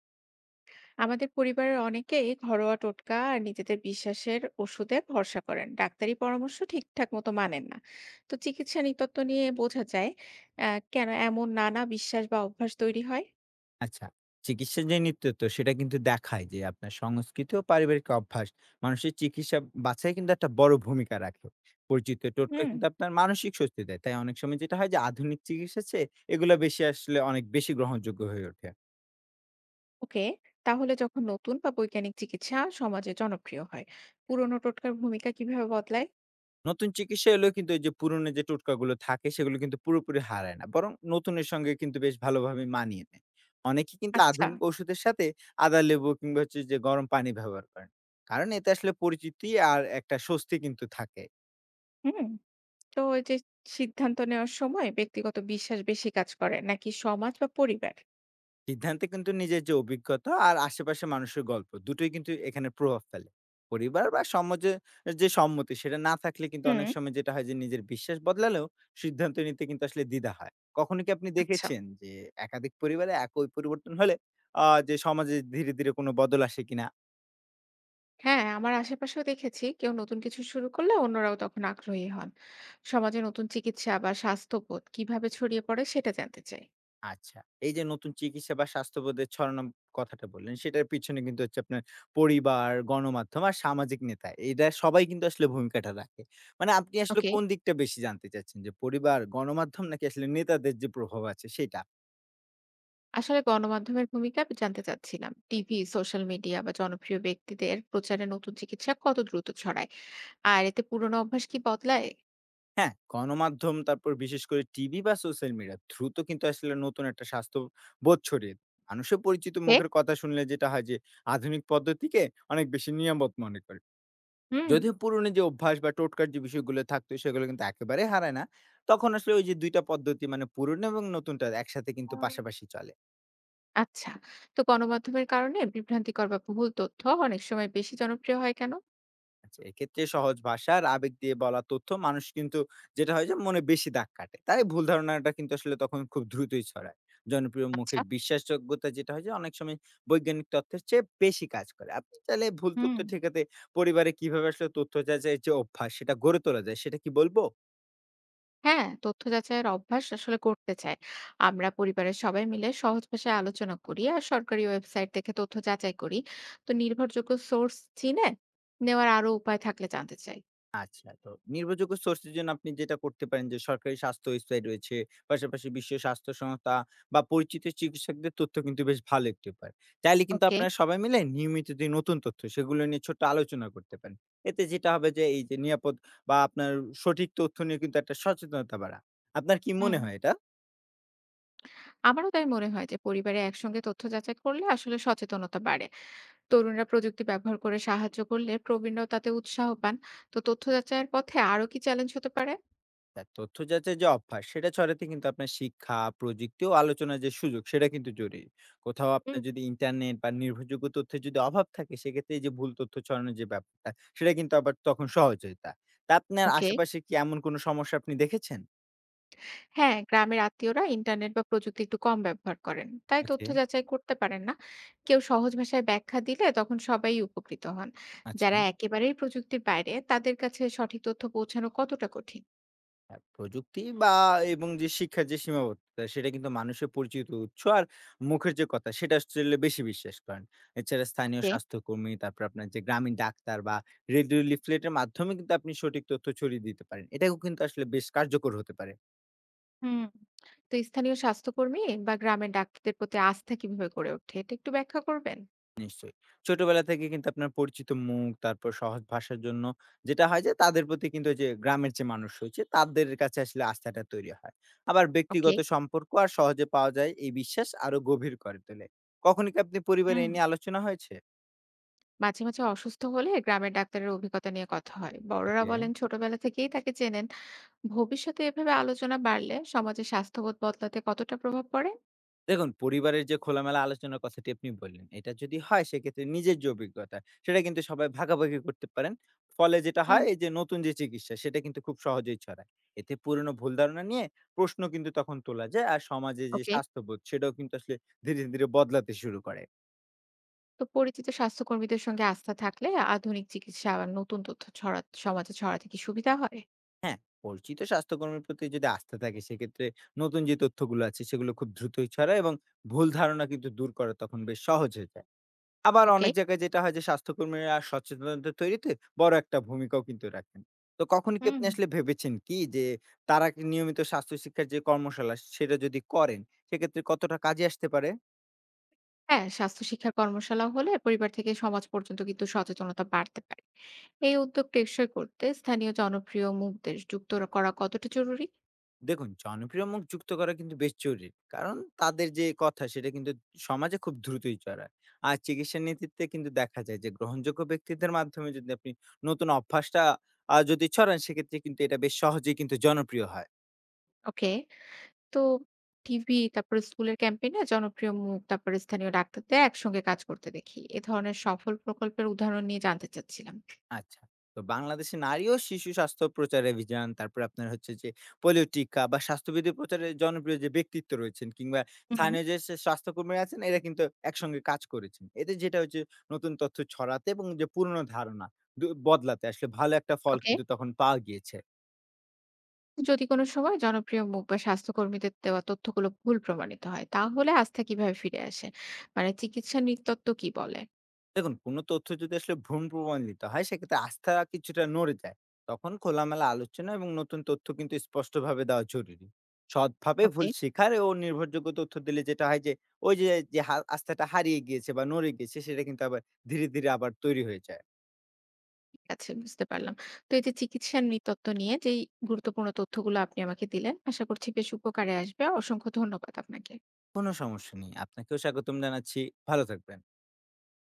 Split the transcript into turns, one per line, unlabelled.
আমাদের পরিবারের অনেকেই ঘরোয়া টোটকা আর নিজেদের বিশ্বাসের ওষুধে ভরসা করেন, ডাক্তারি পরামর্শ ঠিকঠাক মতো মানেন না। তো চিকিৎসা নৃতত্ব নিয়ে বোঝা যায় কেন এমন নানা বিশ্বাস বা অভ্যাস তৈরি হয়?
আচ্ছা, চিকিৎসার যে নেতৃত্ব সেটা কিন্তু দেখায় যে আপনার সংস্কৃতি ও পারিবারিক অভ্যাস মানুষের চিকিৎসা বাছাই কিন্তু একটা বড় ভূমিকা রাখে। পরিচিত টোটকা
হুম।
কিন্তু আপনার মানসিক স্বস্তি দেয়। তাই অনেক সময় যেটা হয় যে আধুনিক চিকিৎসা চেয়ে এগুলা বেশি আসলে অনেক বেশি গ্রহণযোগ্য হয়ে ওঠে।
ওকে, তাহলে যখন নতুন বা বৈজ্ঞানিক চিকিৎসা সমাজে জনপ্রিয় হয়, পুরনো টোটকার ভূমিকা কিভাবে বদলায়?
নতুন চিকিৎসা এলেও কিন্তু ওই যে পুরনো যে টোটকাগুলো থাকে সেগুলো কিন্তু পুরোপুরি হারায় না। বরং নতুনের সঙ্গে কিন্তু বেশ ভালোভাবে মানিয়ে নেয়। অনেকে কিন্তু
আচ্ছা।
আধুনিক ওষুধের সাথে আদা, লেবু কিংবা হচ্ছে যে গরম পানি ব্যবহার করেন। কারণ এতে আসলে পরিচিতি আর একটা স্বস্তি কিন্তু থাকে।
হুম। তো এই যে সিদ্ধান্ত নেওয়ার সময় ব্যক্তিগত বিশ্বাস বেশি কাজ করে নাকি সমাজ বা পরিবার?
সিদ্ধান্তে কিন্তু নিজের যে অভিজ্ঞতা আর আশেপাশের মানুষের গল্প দুটোই কিন্তু এখানে প্রভাব ফেলে। পরিবার বা সমাজে যে সম্মতি সেটা না থাকলে কিন্তু
হুম।
অনেক সময় যেটা হয় যে নিজের বিশ্বাস বদলালেও সিদ্ধান্ত নিতে কিন্তু আসলে দ্বিধা হয়। কখনো কি আপনি
আচ্ছা।
দেখেছেন যে একাধিক পরিবারে একই পরিবর্তন হলে যে সমাজে ধীরে ধীরে কোনো বদল আসে কিনা?
হ্যাঁ, আমার আশেপাশেও দেখেছি কেউ নতুন কিছু শুরু করলে অন্যরাও তখন আগ্রহী হন। সমাজে নতুন চিকিৎসা বা স্বাস্থ্যবোধ কিভাবে ছড়িয়ে পড়ে সেটা জানতে চাই।
আচ্ছা। এই যে নতুন চিকিৎসা বা স্বাস্থ্যবোধের ছড়ানো কথাটা বললেন, সেটার পিছনে কিন্তু হচ্ছে আপনার পরিবার, গণমাধ্যম আর সামাজিক নেতা। এরা সবাই কিন্তু আসলে ভূমিকাটা রাখে। মানে আপনি আসলে
ওকে,
কোন দিকটা বেশি জানতে চাচ্ছেন? যে পরিবার, গণমাধ্যম নাকি আসলে নেতাদের যে প্রভাব আছে সেটা?
আসলে গণমাধ্যমের ভূমিকা জানতে চাচ্ছিলাম। টিভি, সোশ্যাল মিডিয়া বা জনপ্রিয় ব্যক্তিদের প্রচারে নতুন চিকিৎসা কত দ্রুত ছড়ায়? আর এতে পুরনো অভ্যাস কি বদলায়?
হ্যাঁ, গণমাধ্যম তারপর বিশেষ করে টিভি বা সোশ্যাল মিডিয়া দ্রুত কিন্তু আসলে নতুন একটা স্বাস্থ্যবোধ ছড়িয়ে দেয়। মানুষের পরিচিত
হে?
মুখের কথা শুনলে যেটা হয় যে আধুনিক পদ্ধতিকে অনেক বেশি নিয়ামত মনে করে।
হুম।
যদিও পুরনো যে অভ্যাস বা টোটকার যে বিষয়গুলো থাকতো সেগুলো কিন্তু একেবারে হারায় না। তখন আসলে ওই যে ২টা টা পদ্ধতি, মানে পুরনো এবং নতুনটা একসাথে কিন্তু পাশাপাশি চলে।
আচ্ছা, তো গণমাধ্যমের কারণে বিভ্রান্তিকর বা ভুল তথ্য অনেক সময় বেশি জনপ্রিয় হয় কেন?
আচ্ছা, এক্ষেত্রে সহজ ভাষা আর আবেগ দিয়ে বলা তথ্য মানুষ কিন্তু যেটা হয় যে মনে বেশি দাগ কাটে। তাই ভুল ধারণাটা কিন্তু আসলে তখন খুব দ্রুতই ছড়ায়। জনপ্রিয়
আচ্ছা।
মুখের বিশ্বাসযোগ্যতা যেটা হয় যে অনেক সময় বৈজ্ঞানিক তথ্যের চেয়ে বেশি কাজ করে। আপনি চাইলে ভুল
হুম।
তথ্য ঠেকাতে পরিবারে কিভাবে আসলে তথ্য যাচাইয়ের যে অভ্যাস সেটা গড়ে তোলা যায়, সেটা কি বলব?
হ্যাঁ, তথ্য যাচাইয়ের অভ্যাস আসলে করতে চাই। আমরা পরিবারের সবাই মিলে সহজ ভাষায় আলোচনা করি আর সরকারি ওয়েবসাইট দেখে তথ্য যাচাই করি। তো নির্ভরযোগ্য সোর্স চিনে নেওয়ার আরো উপায় থাকলে জানতে চাই।
আচ্ছা, তো নির্ভরযোগ্য সোর্সের জন্য আপনি যেটা করতে পারেন যে সরকারি স্বাস্থ্য ওয়েবসাইট রয়েছে। পাশাপাশি বিশ্ব স্বাস্থ্য সংস্থা বা পরিচিত চিকিৎসকদের তথ্য কিন্তু বেশ ভালো একটি উপায়। চাইলে কিন্তু
ওকে।
আপনারা সবাই মিলে নিয়মিত যে নতুন তথ্য সেগুলো নিয়ে ছোট্ট আলোচনা করতে পারেন। এতে যেটা হবে যে এই যে নিরাপদ বা আপনার সঠিক তথ্য নিয়ে কিন্তু একটা সচেতনতা বাড়া। আপনার কি
হুম।
মনে হয় এটা?
আমারও তাই মনে হয় যে পরিবারে একসঙ্গে তথ্য যাচাই করলে আসলে সচেতনতা বাড়ে। তরুণরা প্রযুক্তি ব্যবহার করে সাহায্য করলে প্রবীণরাও তাতে উৎসাহ পান। তো তথ্য যাচাইয়ের পথে আরো কি চ্যালেঞ্জ হতে পারে?
তা তথ্য যাচাই যে অভ্যাস সেটা ছড়াতে কিন্তু আপনার শিক্ষা, প্রযুক্তি ও আলোচনার যে সুযোগ সেটা কিন্তু জরুরি। কোথাও
হুম।
আপনার যদি ইন্টারনেট বা নির্ভরযোগ্য তথ্যের যদি অভাব থাকে, সেক্ষেত্রে এই যে ভুল তথ্য ছড়ানোর যে ব্যাপারটা সেটা কিন্তু আবার তখন সহজ হয় তা। তা আপনার
ওকে।
আশেপাশে কি এমন কোনো সমস্যা আপনি দেখেছেন?
হ্যাঁ, গ্রামের আত্মীয়রা ইন্টারনেট বা প্রযুক্তি একটু কম ব্যবহার করেন, তাই তথ্য
ওকে,
যাচাই করতে পারেন না। কেউ সহজ ভাষায় ব্যাখ্যা দিলে তখন সবাই উপকৃত হন।
আচ্ছা।
যারা একেবারেই প্রযুক্তির বাইরে তাদের কাছে সঠিক তথ্য পৌঁছানো কতটা কঠিন?
হ্যাঁ, প্রযুক্তি বা এবং যে শিক্ষার যে সীমাবদ্ধতা সেটা কিন্তু মানুষের পরিচিত উৎস আর মুখের যে কথা, সেটা আসলে বেশি বিশ্বাস করেন। এছাড়া স্থানীয়
ওকে।
স্বাস্থ্যকর্মী, তারপর আপনার যে গ্রামীণ ডাক্তার বা রেডিও, লিফলেটের মাধ্যমে কিন্তু আপনি সঠিক তথ্য ছড়িয়ে দিতে পারেন, এটাও কিন্তু আসলে বেশ কার্যকর হতে পারে।
হুম। তো স্থানীয় স্বাস্থ্যকর্মী বা গ্রামের ডাক্তারদের প্রতি আস্থা কিভাবে গড়ে ওঠে, এটা একটু ব্যাখ্যা করবেন?
নিশ্চয়ই। ছোটবেলা থেকে কিন্তু আপনার পরিচিত মুখ, তারপর সহজ ভাষার জন্য যেটা হয় যে তাদের প্রতি কিন্তু ওই যে গ্রামের যে মানুষ রয়েছে তাদের কাছে আসলে আস্থাটা তৈরি হয়। আবার
ওকে।
ব্যক্তিগত সম্পর্ক আর সহজে পাওয়া যায়, এই বিশ্বাস আরো গভীর করে তোলে। কখনো কি আপনি পরিবারে
হুম।
এ নিয়ে আলোচনা হয়েছে?
মাঝে মাঝে অসুস্থ হলে গ্রামের ডাক্তারের অভিজ্ঞতা নিয়ে কথা হয়, বড়রা
ওকে।
বলেন ছোটবেলা থেকেই তাকে চেনেন। ভবিষ্যতে এভাবে আলোচনা বাড়লে সমাজে স্বাস্থ্যবোধ বদলাতে কতটা প্রভাব পড়ে?
দেখুন, পরিবারের যে খোলামেলা আলোচনার কথাটি আপনি বললেন, এটা যদি হয় সেক্ষেত্রে নিজের যে অভিজ্ঞতা, সেটা কিন্তু সবাই ভাগাভাগি করতে পারেন। ফলে যেটা
হুম।
হয়, এই যে নতুন যে চিকিৎসা, সেটা কিন্তু খুব সহজেই ছড়ায়। এতে পুরনো ভুল ধারণা নিয়ে প্রশ্ন কিন্তু তখন তোলা যায়। আর সমাজে যে
ওকে।
স্বাস্থ্যবোধ, সেটাও কিন্তু আসলে ধীরে, ধীরে বদলাতে শুরু করে।
তো পরিচিত স্বাস্থ্যকর্মীদের সঙ্গে আস্থা থাকলে আধুনিক চিকিৎসা আর নতুন তথ্য ছড়া সমাজে ছড়াতে কি সুবিধা হয়?
হ্যাঁ, পরিচিত স্বাস্থ্যকর্মীর প্রতি যদি আস্থা থাকে, সেক্ষেত্রে নতুন যে তথ্যগুলো আছে, সেগুলো খুব দ্রুতই ছড়ায়, এবং ভুল ধারণা কিন্তু দূর করা তখন বেশ সহজ হয়ে যায়। আবার
ওকে।
অনেক জায়গায় যেটা হয় যে স্বাস্থ্যকর্মীরা সচেতনতা তৈরিতে বড় একটা ভূমিকাও কিন্তু রাখেন। তো কখন কি
হুম।
আপনি আসলে ভেবেছেন কি যে তারা কি নিয়মিত স্বাস্থ্য শিক্ষার যে কর্মশালা সেটা যদি করেন, সেক্ষেত্রে কতটা কাজে আসতে পারে?
হ্যাঁ, স্বাস্থ্য শিক্ষার কর্মশালা হলে পরিবার থেকে সমাজ পর্যন্ত কিন্তু সচেতনতা বাড়তে পারে। এই উদ্যোগ টেকসই করতে স্থানীয় জনপ্রিয় মুখদের যুক্ত করা কতটা জরুরি?
দেখুন, জনপ্রিয় মুখ যুক্ত করা কিন্তু বেশ জরুরি। কারণ তাদের যে কথা, সেটা কিন্তু সমাজে খুব দ্রুতই ছড়ায়। আর চিকিৎসা নীতিতে কিন্তু দেখা যায় যে গ্রহণযোগ্য ব্যক্তিদের মাধ্যমে যদি আপনি নতুন অভ্যাসটা যদি ছড়ান, সেক্ষেত্রে কিন্তু এটা বেশ সহজেই কিন্তু জনপ্রিয় হয়।
ওকে। তো টিভি, তারপরে স্কুলের ক্যাম্পেইনে জনপ্রিয় মুখ, তারপরে স্থানীয় ডাক্তারদের একসঙ্গে কাজ করতে দেখি। এ ধরনের সফল প্রকল্পের উদাহরণ নিয়ে জানতে চাচ্ছিলাম।
আচ্ছা। তো বাংলাদেশে নারী ও শিশু স্বাস্থ্য প্রচার অভিযান, তারপরে আপনার হচ্ছে যে পোলিও টিকা বা স্বাস্থ্যবিধি প্রচারের জনপ্রিয় যে ব্যক্তিত্ব রয়েছেন, কিংবা
হুম।
স্থানীয় যে সে স্বাস্থ্যকর্মী আছেন, এরা কিন্তু একসঙ্গে কাজ করেছেন। এতে যেটা হচ্ছে, নতুন তথ্য ছড়াতে এবং যে পুরনো ধারণা বদলাতে আসলে ভালো একটা ফল
ওকে।
কিন্তু তখন পাওয়া গিয়েছে।
যদি কোনো সময় জনপ্রিয় মুখ বা স্বাস্থ্যকর্মীদের দেওয়া তথ্যগুলো ভুল প্রমাণিত হয় তাহলে আস্থা কিভাবে ফিরে আসে? মানে চিকিৎসা নৃতত্ত্ব কি বলে?
দেখুন, কোনো তথ্য যদি আসলে ভুল প্রমাণিত হয়, সেক্ষেত্রে আস্থা কিছুটা নড়ে যায়। তখন খোলামেলা আলোচনা এবং নতুন তথ্য কিন্তু স্পষ্টভাবে দেওয়া জরুরি। সৎভাবে
ওকে।
ভুল শেখার ও নির্ভরযোগ্য তথ্য দিলে যেটা হয় যে, ওই যে, যে, হা আস্থাটা হারিয়ে গিয়েছে বা নড়ে গিয়েছে, সেটা কিন্তু আবার ধীরে, ধীরে আবার তৈরি হয়ে যায়।
ঠিক আছে, বুঝতে পারলাম। তো এই যে চিকিৎসা নৃতত্ত্ব নিয়ে যেই গুরুত্বপূর্ণ তথ্যগুলো আপনি আমাকে দিলেন, আশা করছি বেশ উপকারে আসবে। অসংখ্য ধন্যবাদ আপনাকে।
কোনো সমস্যা নেই। আপনাকেও স্বাগতম জানাচ্ছি। ভালো থাকবেন।